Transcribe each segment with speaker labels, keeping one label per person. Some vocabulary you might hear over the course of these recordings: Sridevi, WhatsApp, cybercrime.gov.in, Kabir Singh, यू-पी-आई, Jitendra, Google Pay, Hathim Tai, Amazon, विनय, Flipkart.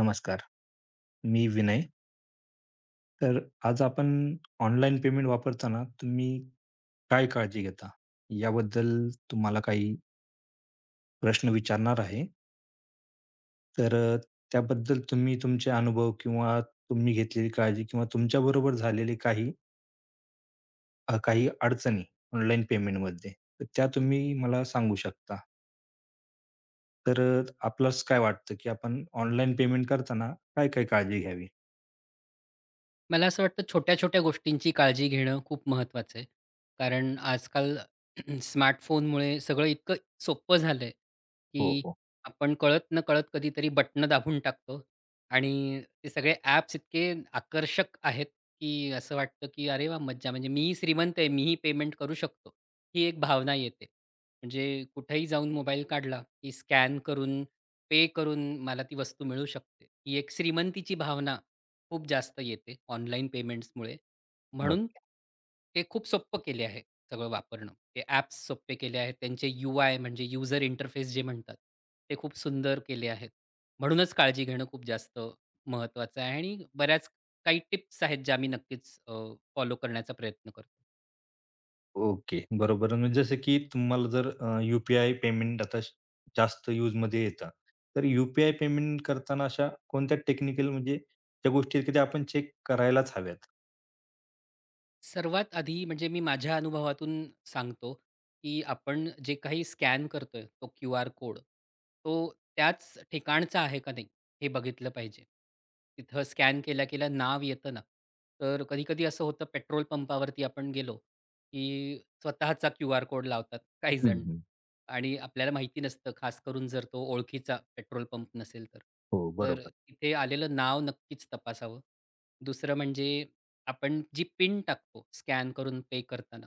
Speaker 1: नमस्कार. मी विनय. तर आज आपण online payment वापरताना तुम्ही काय काळजी घेता? याबद्दल तुम्हाला काही प्रश्न विचारणार आहे. तर अ, त्याबद्दल तुम्ही तुमचे अनुभव किंवा तुम्ही घेतलेली काळजी किंवा तुमच्याबरोबर झालेली काही अडचणी ऑनलाईन पेमेंटमध्ये, तर त्या तुम्ही मला सांगू शकता. आपल्यास काय वाटतं, की आपण ऑनलाईन पेमेंट करताना काय-काय काळजी घ्यावी?
Speaker 2: मला असं वाटतं छोट्या-छोट्या गोष्टींची काळजी घेणं खूप महत्त्वाचं आहे. कारण आजकाल स्मार्टफोनमुळे सगळं इतकं सोपं झालंय, की
Speaker 1: हो,
Speaker 2: आपण कळत-नकळत कधीतरी बटणं दाबून टाकतो आणि ते सगळे ॲप्स इतके आकर्षक आहेत, की असं वाटतं, की "अरे वाह! मज्जा!" म्हणजे मीही श्रीमंत आहे, मीही पेमेंट करू शकतो, ही एक भावना येते. म्हणजे कुठेही जाऊन मोबाईल काढला, की स्कॅन करून, पे करून मला ती वस्तू मिळू शकते. ही एक श्रीमंतीची भावना खूप जास्त येते ऑनलाईन पेमेंट्समुळे.
Speaker 1: हो.
Speaker 2: म्हणून ते खूप सोप्पं केले आहे सगळं वापरणं. ते ॲप्स सोपे केले आहेत. त्यांचे यू-आय म्हणजे यूजर इंटरफेस जे म्हणतात, ते खूप सुंदर केले आहेत. म्हणूनच काळजी घेणं खूप जास्त महत्त्वाचं आहे आणि बऱ्याच काही टिप्स आहेत ज्या मी नक्कीच फॉलो करण्याचा प्रयत्न करतो.
Speaker 1: ओके. बरोबर. म्हणजे जसं की यू पेमेंट आता जास्त यूजमध्ये येतं. तर यू-पी-आय पेमेंट करताना अशा कोणत्या टेक्निकल म्हणजे त्या गोष्टी आहेत की त्या आपण चेक करायलाच हव्यात?
Speaker 2: सर्वात आधी म्हणजे मी माझ्या अनुभवातून सांगतो, की आपण जे काही स्कॅन करतोय तो क्यूआर कोड, तो त्याच ठिकाणचा आहे का नाही, हे बघितलं पाहिजे. तिथं स्कॅन केल्या-केल्या नाव येतं ना, तर कधी-कधी असं होतं पेट्रोल पंपावरती आपण गेलो, की स्वतःचा क्यूआर कोड लावतात काही
Speaker 1: हं,
Speaker 2: जण
Speaker 1: हं.
Speaker 2: आणि आपल्याला माहिती नसतं, खास करून जर तो ओळखीचा पेट्रोल पंप नसेल तर.
Speaker 1: हो,
Speaker 2: तर
Speaker 1: बरोबर.
Speaker 2: तिथे आलेलं नाव नक्कीच तपासावं. दुसरं म्हणजे आपण जी पिन टाकतो स्कॅन करून पे करताना,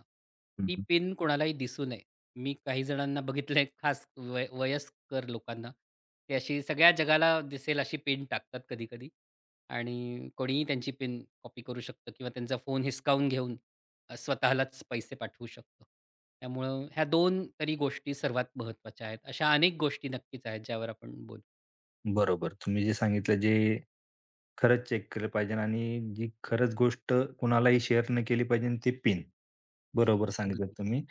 Speaker 1: हं,
Speaker 2: ती
Speaker 1: हं.
Speaker 2: पिन कोणालाही दिसू नये. मी काही जणांना बघितलंय खास वयस्कर लोकांना, ते अशी सगळ्या जगाला दिसेल अशी पिन टाकतात कधी-कधी आणि कोणीही त्यांची पिन कॉपी करू शकतं किंवा त्यांचा फोन हिसकावून घेऊन स्वतःलाच पैसे पाठवू शकतो. त्यामुळं ह्या 2 तरी गोष्टी सर्वात महत्त्वाच्या आहेत. अशा अनेक गोष्टी नक्कीच आहेत ज्यावर आपण बोलू.
Speaker 1: बरोबर. तुम्ही जे सांगितलं जे खरंच चेक केलं पाहिजे आणि जी खरंच गोष्ट कुणालाही शेअर नाही केली पाहिजे ते पिन. बरोबर सांगितलं
Speaker 2: अगदी.
Speaker 1: तुम्ही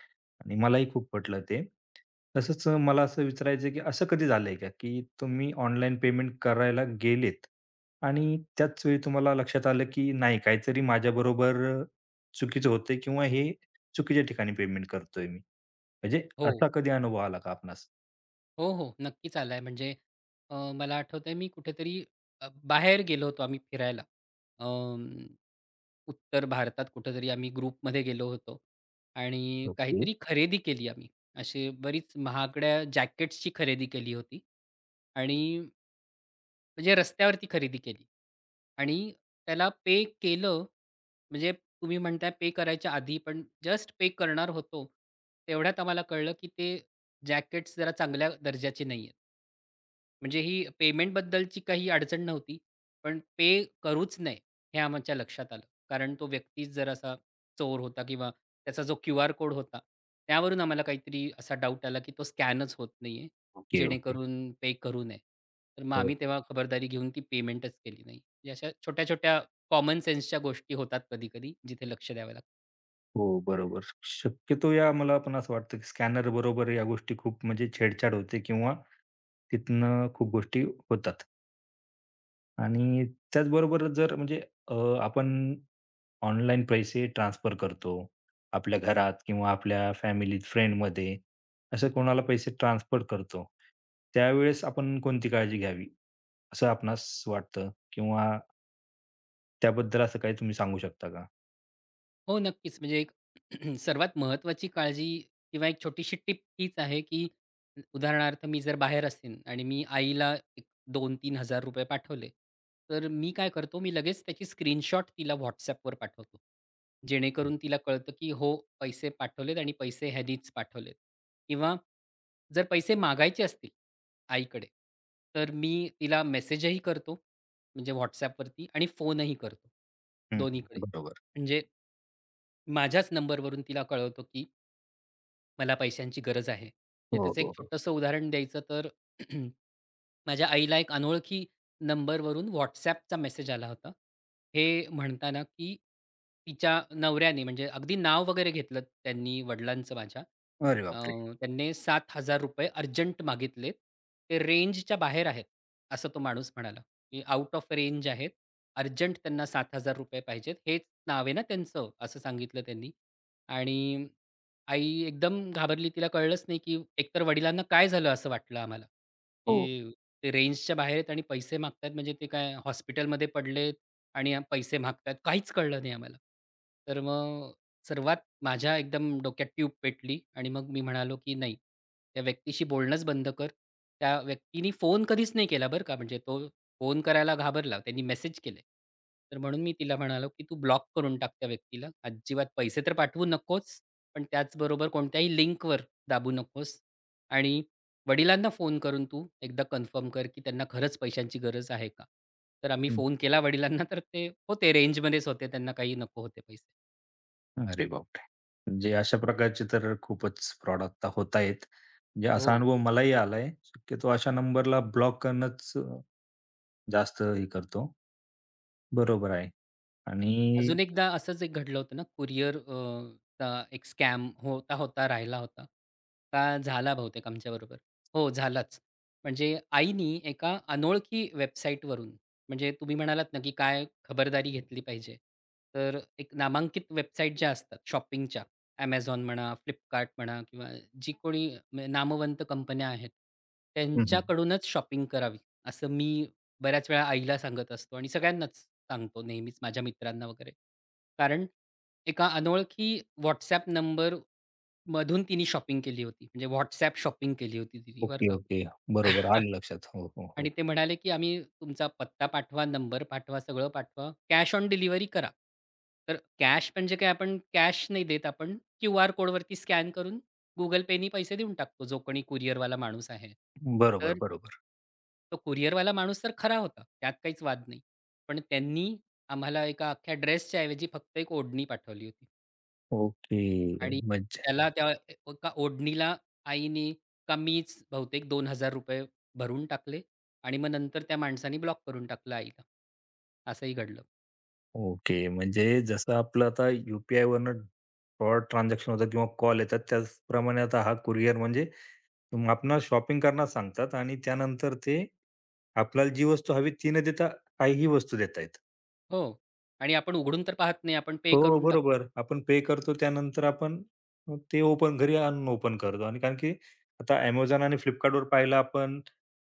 Speaker 1: आणि मलाही खूप पटलं ते. मला असं विचारायचं आहे, की असं कधी झालंय का, की तुम्ही ऑनलाईन पेमेंट करायला गेलेत आणि त्याच वेळी तुम्हाला लक्षात आलं, की नाही काहीतरी माझ्याबरोबर चुकीचं होतंय किंवा हे चुकीच्या ठिकाणी पेमेंट करतोय मी. म्हणजे
Speaker 2: हो.
Speaker 1: असा कधी अनुभव आला का आपणास?
Speaker 2: हो, हो. नक्कीच आलाय. म्हणजे मला आठवतंय मी कुठेतरी बाहेर गेलो होतो आम्ही फिरायला. अं, उत्तर भारतात कुठेतरी आम्ही ग्रुपमध्ये गेलो होतो आणि
Speaker 1: ओके,
Speaker 2: काहीतरी खरेदी केली आम्ही. अशी बरीच महागड्या जॅकेट्सची खरेदी केली होती आणि म्हणजे रस्त्यावरती खरेदी केली आणि त्याला पे केलं, म्हणजे तुम्ही म्हणताय पे करायच्या आधी, पण जस्ट पे करणार होतो, तेवढ्यात आम्हाला कळलं की ते जॅकेट्स जरा चांगल्या दर्जाचे नाहीयेत. म्हणजे ही पेमेंटबद्दलची काही अडचण नव्हती. पण पे करूच नये, हे आमच्या लक्षात आलं. कारण तो व्यक्तीच जरासा चोर होता किंवा त्याचा जो क्यूआर कोड होता, त्यावरून आम्हाला काहीतरी असा डाऊट आला, की तो स्कॅनच होत नाहीये,
Speaker 1: ओके, ओके.
Speaker 2: जेणेकरून पे करू नये. तर मग
Speaker 1: हो,
Speaker 2: आम्ही तेव्हा खबरदारी घेऊन ती पेमेंटच केली नाही. म्हणजे अशा छोट्या-छोट्या कॉमन सेन्सच्या गोष्टी होतात कधी-कधी, जिथे लक्ष द्यावं लागतं.
Speaker 1: हो, बरोबर. शक्यतो या मला पण असं वाटतं, की स्कॅनर बरोबर या गोष्टी खूप म्हणजे छेडछाड होते किंवा तिथनं खूप गोष्टी होतात. आणि त्याचबरोबर अ, आपण ऑनलाईन पैसे ट्रान्सफर करतो. आपल्या घरात किंवा आपल्या फॅमिलीत, फ्रेंडमध्ये असं कोणाला पैसे ट्रान्सफर करतो. त्यावेळेस आपण कोणती काळजी घ्यावी, असं आपणास वाटतं? किंवा त्याबद्दल असं काही तुम्ही सांगू शकता का?
Speaker 2: हो, नक्कीच. म्हणजे एक सर्वात महत्त्वाची काळजी किंवा एक छोटीशी टिप हीच आहे, की उदाहरणार्थ मी जर बाहेर असेन आणि मी आईला एक ₹2000-3000 पाठवले, तर मी काय करतो, मी लगेच त्याची स्क्रीनशॉट तिला WhatsAppवर पाठवतो. जेणेकरून तिला कळतं, की हो, पैसे पाठवलेत आणि पैसे ह्यानीच पाठवलेत. किंवा जर पैसे मागायचे असतील आईकडे, तर मी तिला मेसेजही करतो, म्हणजे WhatsAppवरती आणि फोनही करतो,
Speaker 1: हं.
Speaker 2: दोन्हीकडे.
Speaker 1: बरोबर.
Speaker 2: म्हणजे माझ्याच नंबरवरून तिला कळवतो, की मला पैशांची गरज आहे. म्हणजे
Speaker 1: हो,
Speaker 2: त्याचं एक
Speaker 1: हो, हो.
Speaker 2: छोटंसं उदाहरण द्यायचं तर माझ्या आईला एक अनोळखी नंबरवरून WhatsAppचा मेसेज आला होता. हे म्हणताना, की तिच्या नवऱ्याने म्हणजे अगदी नाव वगैरे घेतलं त्यांनी वडिलांचं माझ्या.
Speaker 1: अरे
Speaker 2: अ,
Speaker 1: बापरे!
Speaker 2: त्यांनी ₹7,000 अर्जंट मागितलेत. ते रेंजच्या बाहेर आहेत, असं तो माणूस म्हणाला, की आउट ऑफ रेंज आहेत. अर्जंट त्यांना ₹7,000 पाहिजेत. हेच नाव आहे ना त्यांचं, असं सांगितलं त्यांनी आणि आई एकदम घाबरली. तिला कळलंच नाही, की एकतर वडिलांना काय झालं असं वाटलं आम्हाला,
Speaker 1: हो.
Speaker 2: की ते रेंजच्या बाहेर आहेत आणि पैसे मागतायत म्हणजे ते काय हॉस्पिटलमध्ये पडलेत आणि पैसे मागतायत. काहीच कळलं नाही आम्हाला. तर मग सर्वात माझ्या एकदम डोक्यात ट्यूब पेटली आणि मग मी म्हणालो, की "नाही, त्या व्यक्तीशी बोलणंच बंद कर." त्या व्यक्तीनी फोन कधीच नाही केला बरं का. म्हणजे तो फोन करायला घाबरला. त्यांनी मेसेज केले. तर म्हणून मी तिला म्हणालो, की "तू ब्लॉक करून टाक त्या व्यक्तीला. अजिबात पैसे तर पाठवू नकोच. पण त्याचबरोबर कोणत्याही लिंकवर दाबू नकोस आणि वडिलांना फोन करून तू एकदा कन्फर्म कर, की त्यांना खरंच पैशांची गरज आहे का? तर आम्ही
Speaker 1: हं.
Speaker 2: फोन केला वडिलांना तर ते होते रेंजमध्येच होते त्यांना काही नको होते पैसे.
Speaker 1: हं. अरे बापरे! म्हणजे अशा प्रकारचे तर खूपच फ्रॉड आता होत आहेत. म्हणजे
Speaker 2: हो.
Speaker 1: असा अनुभव मलाही आलाय. शक्यतो अशा नंबरला ब्लॉक करणंच जास्त हे करतो. बरोबर आहे आणि
Speaker 2: अजून एकदा असंच एक घडलं होतं ना, कुरिअर चा एक स्कॅम होता, होता, राहिला होता. का झाला बहुतेक आमच्याबरोबर. हो, झालाच. म्हणजे आईनी एका अनोळखी वेबसाईटवरून म्हणजे तुम्ही म्हणालात ना, की काय खबरदारी घेतली पाहिजे. तर एक नामांकित वेबसाईट ज्या असतात शॉपिंगच्या, Amazon म्हणा, Flipkart म्हणा किंवा जी कोणी म्हणजे नामवंत कंपन्या आहेत,
Speaker 1: हं,
Speaker 2: त्यांच्याकडूनच शॉपिंग करावी, असं मी बऱ्याच वेळा आईला सांगत असतो आणि सगळ्यांनाच सांगतो नेहमीच माझ्या मित्रांना वगैरे. कारण एका अनोळखी WhatsApp नंबर मधून तिने शॉपिंग केली होती. म्हणजे WhatsApp शॉपिंग केली होती तिने बरं
Speaker 1: ओके,
Speaker 2: का.
Speaker 1: ओके. बरोबर आलं लक्षात. हो, हो,
Speaker 2: आणि
Speaker 1: हो.
Speaker 2: ते म्हणाले, की "आम्ही तुमचा पत्ता पाठवा, नंबर पाठवा, सगळं पाठवा. कॅश ऑन डिलिव्हरी करा." तर कॅश म्हणजे काय आपण कॅश नाही देत आपण क्यूआर कोडवरती स्कॅन करून Google पेनी पैसे देऊन टाकतो, जो कोणी कुरिअरवाला माणूस आहे.
Speaker 1: बरोबर,
Speaker 2: तर
Speaker 1: बरोबर.
Speaker 2: तो कुरिअरवाला माणूस तर खरा होता, त्यात काहीच वाद नाही. पण त्यांनी आम्हाला एका अख्ख्या ड्रेसच्या ऐवजी फक्त एक ओढणी पाठवली होती
Speaker 1: ओके.
Speaker 2: आणि
Speaker 1: म्हणजे
Speaker 2: त्याला त्या एका ओढणीला आईने कमीच बहुतेक ₹2000 भरून टाकले आणि मग नंतर त्या माणसाने ब्लॉक करून टाकलं आईला. असंही घडलं.
Speaker 1: ओके. म्हणजे जसं आपलं आता यू-पी-आयवरनं फ्रॉड ट्रान्झॅक्शन होतात किंवा कॉल येतात, त्याचप्रमाणे आता हा कुरिअर म्हणजे आपणाला शॉपिंग करण्यास सांगतात आणि त्यानंतर ते आपल्याला जी वस्तू हवी ती न देता काहीही वस्तू देतायत.
Speaker 2: हो. आणि आपण उघडून तर पाहत नाही, आपण पे
Speaker 1: हो,
Speaker 2: करून
Speaker 1: बरोबर.
Speaker 2: टाकतो.
Speaker 1: आपण पे करतो त्यानंतर आपण ते ओपन घरी आणून ओपन करतो आणि कारण की आता Amazon आणि Flipkartवर पाहिलं आपण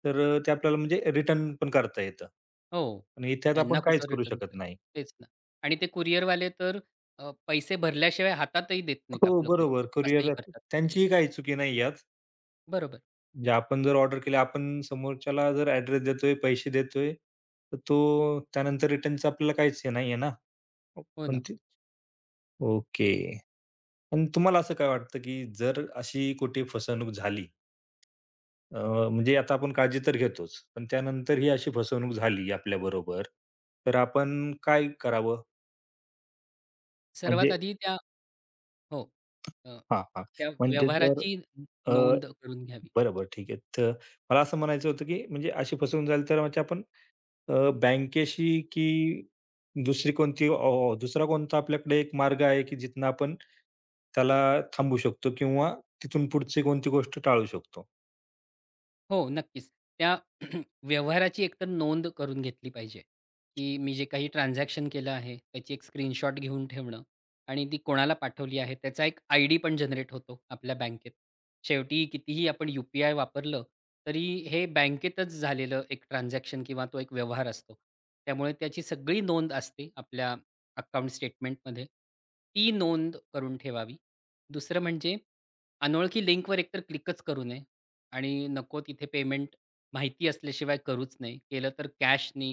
Speaker 1: ते आपल्याला म्हणजे रिटर्न पण करता येतं.
Speaker 2: हो.
Speaker 1: आणि त्यात
Speaker 2: यांना
Speaker 1: आपण
Speaker 2: कुठं
Speaker 1: काहीच करू
Speaker 2: रिटर्न
Speaker 1: शकत
Speaker 2: करायचं?
Speaker 1: नाही.
Speaker 2: तेच ना. आणि ते कुरिअरवाले तर पैसे भरल्याशिवाय हातातही देत नाहीत
Speaker 1: हो,
Speaker 2: आपलं कुरिअर.
Speaker 1: बरोबर.
Speaker 2: असंही
Speaker 1: कुरिअर
Speaker 2: करतात कधी
Speaker 1: त्यांचीही काही चुकी नाही यात.
Speaker 2: बरोबर.
Speaker 1: म्हणजे आपण जर ऑर्डर केली, आपण समोरच्याला जर ॲड्रेस देतोय, पैसे देतोय, तर तो त्यानंतर रिटर्नचं आपल्याला काहीच हे नाहीये ना.
Speaker 2: हो ना.
Speaker 1: कोणती ओके. आणि तुम्हाला असं काय वाटतं, की जर अशी कुठे फसवणूक झाली अ, म्हणजे आता आपण काळजी तर घेतोच, पण त्यानंतर ही अशी फसवणूक झाली आपल्याबरोबर, तर आपण काय करावं?
Speaker 2: सर्वात
Speaker 1: म्हणजे
Speaker 2: आधी त्या हो. अ,
Speaker 1: हां, हां.
Speaker 2: त्या
Speaker 1: म्हणजे जर
Speaker 2: व्यवहाराची
Speaker 1: अ,
Speaker 2: नोंद करून घ्यावी.
Speaker 1: बरोबर ठीक आहे. तर मला असं म्हणायचं होतं, की म्हणजे अशी फसवणूक झाली तर म्हणजे आपण बँकेशी की दुसरी कोणती अ, दुसरा कोणता आपल्याकडे एक मार्ग आहे, की जिथून आपण त्याला थांबवू शकतो किंवा तिथून पुढची कोणती गोष्ट टाळू शकतो?
Speaker 2: हो, नक्कीच. त्या व्यवहाराची एकतर नोंद करून घेतली पाहिजे, की मी जे काही ट्रान्झॅक्शन केलं आहे, त्याची एक स्क्रीनशॉट घेऊन ठेवणं आणि ती कोणाला पाठवली आहे, त्याचा एक आयडी पण जनरेट होतो आपल्या बँकेत. शेवटी कितीही आपण यू-पी-आय वापरलं, तरी हे बँकेतच झालेलं एक ट्रान्झॅक्शन किंवा तो एक व्यवहार असतो. त्यामुळे त्याची सगळी नोंद असते आपल्या अकाउंट स्टेटमेंटमध्ये. ती नोंद करून ठेवावी. दुसरं म्हणजे अनोळखी लिंकवर एकतर क्लिकच करू नये. आणि नको तिथे पेमेंट माहिती असल्याशिवाय करूच नाही. केलं तर कॅशनी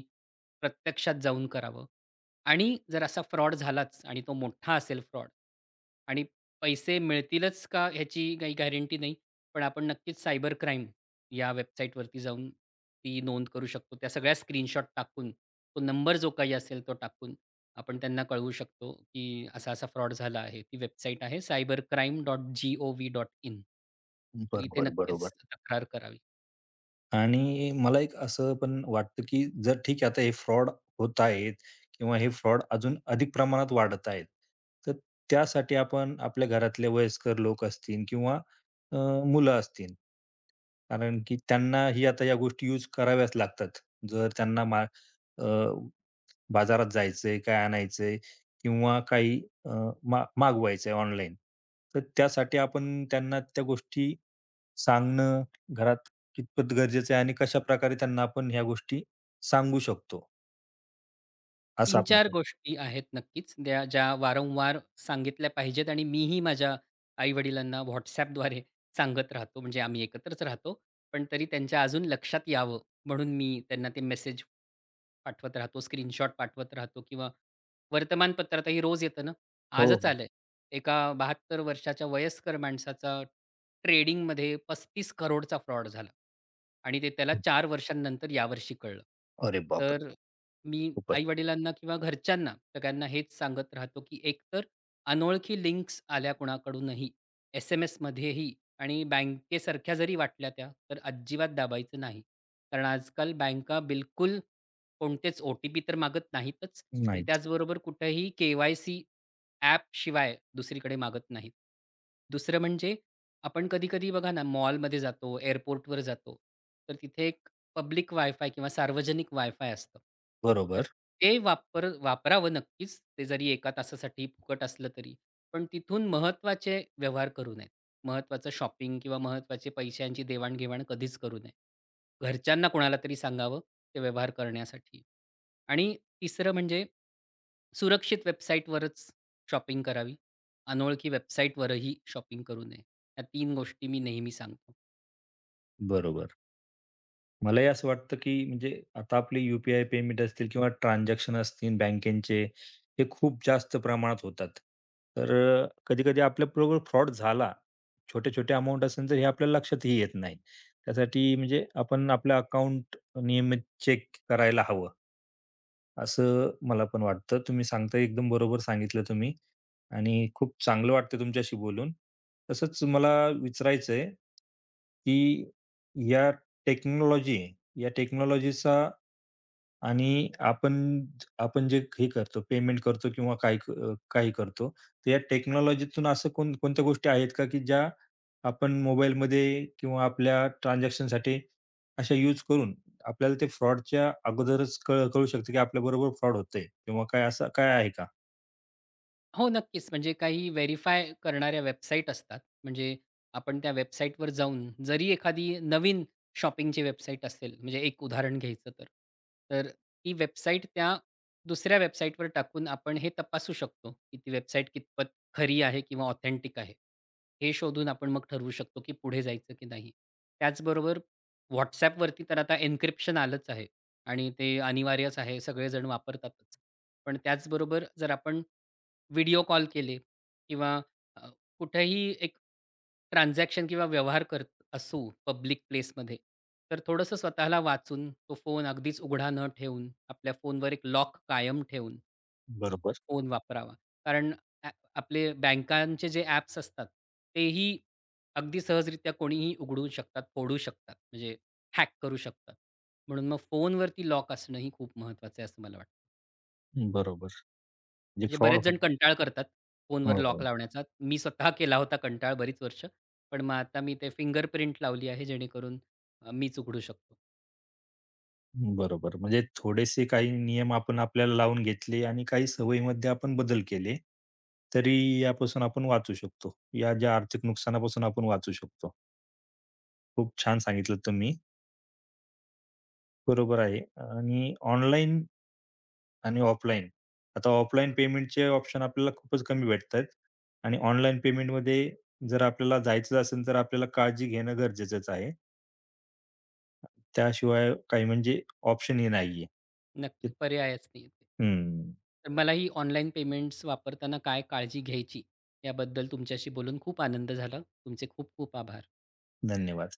Speaker 2: प्रत्यक्षात जाऊन करावं. आणि जर असा फ्रॉड झालाच आणि तो मोठा असेल फ्रॉड आणि पैसे मिळतीलच का ह्याची काही गॅरंटी नाही. पण आपण नक्कीच सायबर क्राईम या वेबसाईटवरती जाऊन ती नोंद करू शकतो. त्या सगळ्या स्क्रीनशॉट टाकून, तो नंबर जो काही असेल तो टाकून आपण त्यांना कळवू शकतो, की असा-असा फ्रॉड झाला आहे. ती वेबसाईट आहे cybercrime.gov.in. तर इथे
Speaker 1: बरोबर,
Speaker 2: नक्कीच
Speaker 1: बरोबर.
Speaker 2: तक्रार करावी.
Speaker 1: आणि मला एक असं पण वाटतं, की जर ठीक आहे आता हे फ्रॉड होत आहेत किंवा हे फ्रॉड अजून अधिक प्रमाणात वाढत आहेत. तर त्यासाठी आपण आपल्या घरातले वयस्कर लोक असतील किंवा अ, मुलं असतील. कारण की त्यांनाही आता या गोष्टी यूज कराव्याच लागतात. जर त्यांना बाजारात जायचंय, काय आणायचंय किंवा काही अ, मा मागवायचंय ऑनलाईन. तर त्यासाठी आपण त्यांना त्या गोष्टी सांगणं घरात कितपत गरजेचं आहे आणि कशाप्रकारे त्यांना आपण ह्या गोष्टी सांगू शकतो, असं आपण
Speaker 2: 3-4
Speaker 1: करतो.
Speaker 2: गोष्टी आहेत नक्कीच, त्या ज्या वारंवार सांगितल्या पाहिजेत आणि मीही माझ्या आई-वडिलांना व्हॉट्सॲपद्वारे सांगत राहतो. म्हणजे आम्ही एकत्रच राहतो, पण तरी त्यांच्या अजून लक्षात यावं म्हणून मी त्यांना ते मेसेज पाठवत राहतो, स्क्रीनशॉट पाठवत राहतो किंवा वर्तमानपत्रातही रोज येतं ना,
Speaker 1: हो,
Speaker 2: आजच
Speaker 1: हो.
Speaker 2: आलंय. एका 72 वर्षाच्या वयस्कर माणसाचा ट्रेडिंगमध्ये 35 करोडचा फ्रॉड झाला आणि ते त्याला 4 वर्षांनंतर यावर्षी कळलं.
Speaker 1: अरे बापरे!
Speaker 2: तर मी
Speaker 1: खूपच.
Speaker 2: आई-वडिलांना किंवा घरच्यांना सगळ्यांना हेच सांगत राहतो, की एकतर अनोळखी लिंक्स आल्या कुणाकडूनही, एस-एम-एसमध्येही आणि बँकेसारख्या जरी वाटल्या त्या, तर अजिबात दाबायचं नाही. कारण आजकाल बँका बिलकुल कोणतेच ओ-टी-पी तर मागत नाहीतच, पण
Speaker 1: नाहीच.
Speaker 2: त्याचबरोबर कुठेही के-वाय-सी ॲपशिवाय दुसरीकडे मागत नाहीत. दुसरं म्हणजे आपण कधी-कधी बघा ना, मॉलमध्ये जातो, एअरपोर्टवर जातो, तर तिथे एक पब्लिक वायफाय किंवा सार्वजनिक वायफाय असतं. तर
Speaker 1: बरोबर,
Speaker 2: ते वापरावं नक्कीच, ते जरी एका तासासाठी फुकट असलं तरी. पण तिथून महत्त्वाचे व्यवहार करू नयेत. महत्त्वाचं शॉपिंग किंवा महत्त्वाचे पैशांची देवाण-घेवाण कधीच करू नये. घरच्यांना कोणाला तरी सांगावं ते व्यवहार करण्यासाठी. आणि तिसरं म्हणजे सुरक्षित वेबसाईटवरच शॉपिंग करावी. अनोळखी वेबसाईटवरही शॉपिंग करू नये. या 3 गोष्टी मी नेहमी सांगतो.
Speaker 1: बरोबर. मलाही असं वाटतं, की म्हणजे आता आपले यू-पी-आय पेमेंट असतील किंवा ट्रान्झॅक्शन असतील बँकेचे, हे खूप जास्त प्रमाणात होतात. तर कधी-कधी आपल्याबरोबर फ्रॉड झाला, छोटे-छोटे अमाउंट असेल तर हे आपल्याला लक्षातही येत नाही. त्यासाठी म्हणजे आपण आपलं अकाउंट नियमित चेक करायला हवं. असं मला पण वाटतं. तुम्ही सांगता एकदम बरोबर सांगितलं तुम्ही आणि खूप चांगलं वाटतं तुमच्याशी बोलून. तसंच मला विचारायचंय, की या टेक्नॉलॉजी या टेक्नॉलॉजीचा आणि आपण आपण जे हे करतो, पेमेंट करतो किंवा काही करतो, तर या टेक्नॉलॉजीतून असं कोण कोणत्या गोष्टी आहेत का, की ज्या आपण मोबाईलमध्ये किंवा आपल्या ट्रान्झॅक्शनसाठी अशा यूज करून आपल्याला ते फ्रॉडच्या अगोदरच कळू शकतं, की आपल्याबरोबर फ्रॉड होतंय किंवा काय असं काय आहे का?
Speaker 2: हो, नक्कीच. म्हणजे काही व्हेरिफाय करणाऱ्या वेबसाईट असतात. म्हणजे आपण त्या वेबसाईटवर जाऊन जरी एखादी नवीन शॉपिंगची वेबसाईट असेल, म्हणजे एक उदाहरण घ्यायचं तर. तर ती वेबसाईट त्या दुसऱ्या वेबसाईटवर टाकून आपण हे तपासू शकतो, की ती वेबसाईट कितपत खरी आहे किंवा ऑथेंटिक आहे. हे शोधून आपण मग ठरवू शकतो, की पुढे जायचं की नाही. त्याचबरोबर WhatsAppवरती तर आता एन्क्रिप्शन आलंच आहे आणि ते अनिवार्यच आहे. सगळेजण वापरतातच. पण त्याचबरोबर जर आपण व्हिडिओ कॉल केले किंवा अ, कुठेही एक ट्रान्झॅक्शन किंवा व्यवहार करत असू पब्लिक प्लेसमध्ये, तर थोडंसं स्वतःला वाचून, तो फोन अगदीच उघडा न ठेवून, आपल्या फोनवर एक लॉक कायम ठेवून अ,
Speaker 1: बरोबर,
Speaker 2: फोन वापरावा. कारण अ, आपले बँकांचे जे ॲप्स असतात, तेही अगदी सहजरित्या कोणीही उघडू शकतात, फोडू शकतात, म्हणजे हॅक करू शकतात. म्हणून मग फोनवरती लॉक असणंही खूप महत्त्वाचं आहे, असं मला वाटतं.
Speaker 1: बरोबर. म्हणजे
Speaker 2: म्हणजे
Speaker 1: फ्रॉड
Speaker 2: बरेच जण
Speaker 1: होणार
Speaker 2: कंटाळ करतात फोनवर
Speaker 1: हो,
Speaker 2: लॉक
Speaker 1: हो.
Speaker 2: लावण्याचा. मी स्वतः केला होता कंटाळ बरीच वर्ष. पण मग आता मी ते फिंगरप्रिंट लावली आहे जेणेकरून मीच उघडू शकतो.
Speaker 1: बरोबर. म्हणजे थोडेसे काही नियम आपण आपल्याला लावून घेतले आणि काही सवयीमध्ये आपण बदल केले, तरी यापासून आपण वाचू शकतो. या ज्या आर्थिक नुकसानापासून आपण वाचू शकतो. खूप छान सांगितलं तुम्ही. बरोबर आहे आणि ऑनलाईन आणि ऑफलाईन. आता ऑफलाईन पेमेंटचे ऑप्शन आपल्याला खूपच कमी भेटतायत आणि ऑनलाईन पेमेंटमध्ये जर आपल्याला जायचं असेल, तर आपल्याला काळजी घेणं गरजेचंच आहे. त्याशिवाय काही म्हणजे ऑप्शनही नाहीये.
Speaker 2: नक्की पर्यायच नाही आहे.
Speaker 1: हं.
Speaker 2: तर मला ही ऑनलाईन पेमेंट्स वापरताना काय काळजी घ्यायची याबद्दल तुमच्याशी बोलून खूप आनंद झाला. तुमचे खूप खूप आभार.
Speaker 1: धन्यवाद.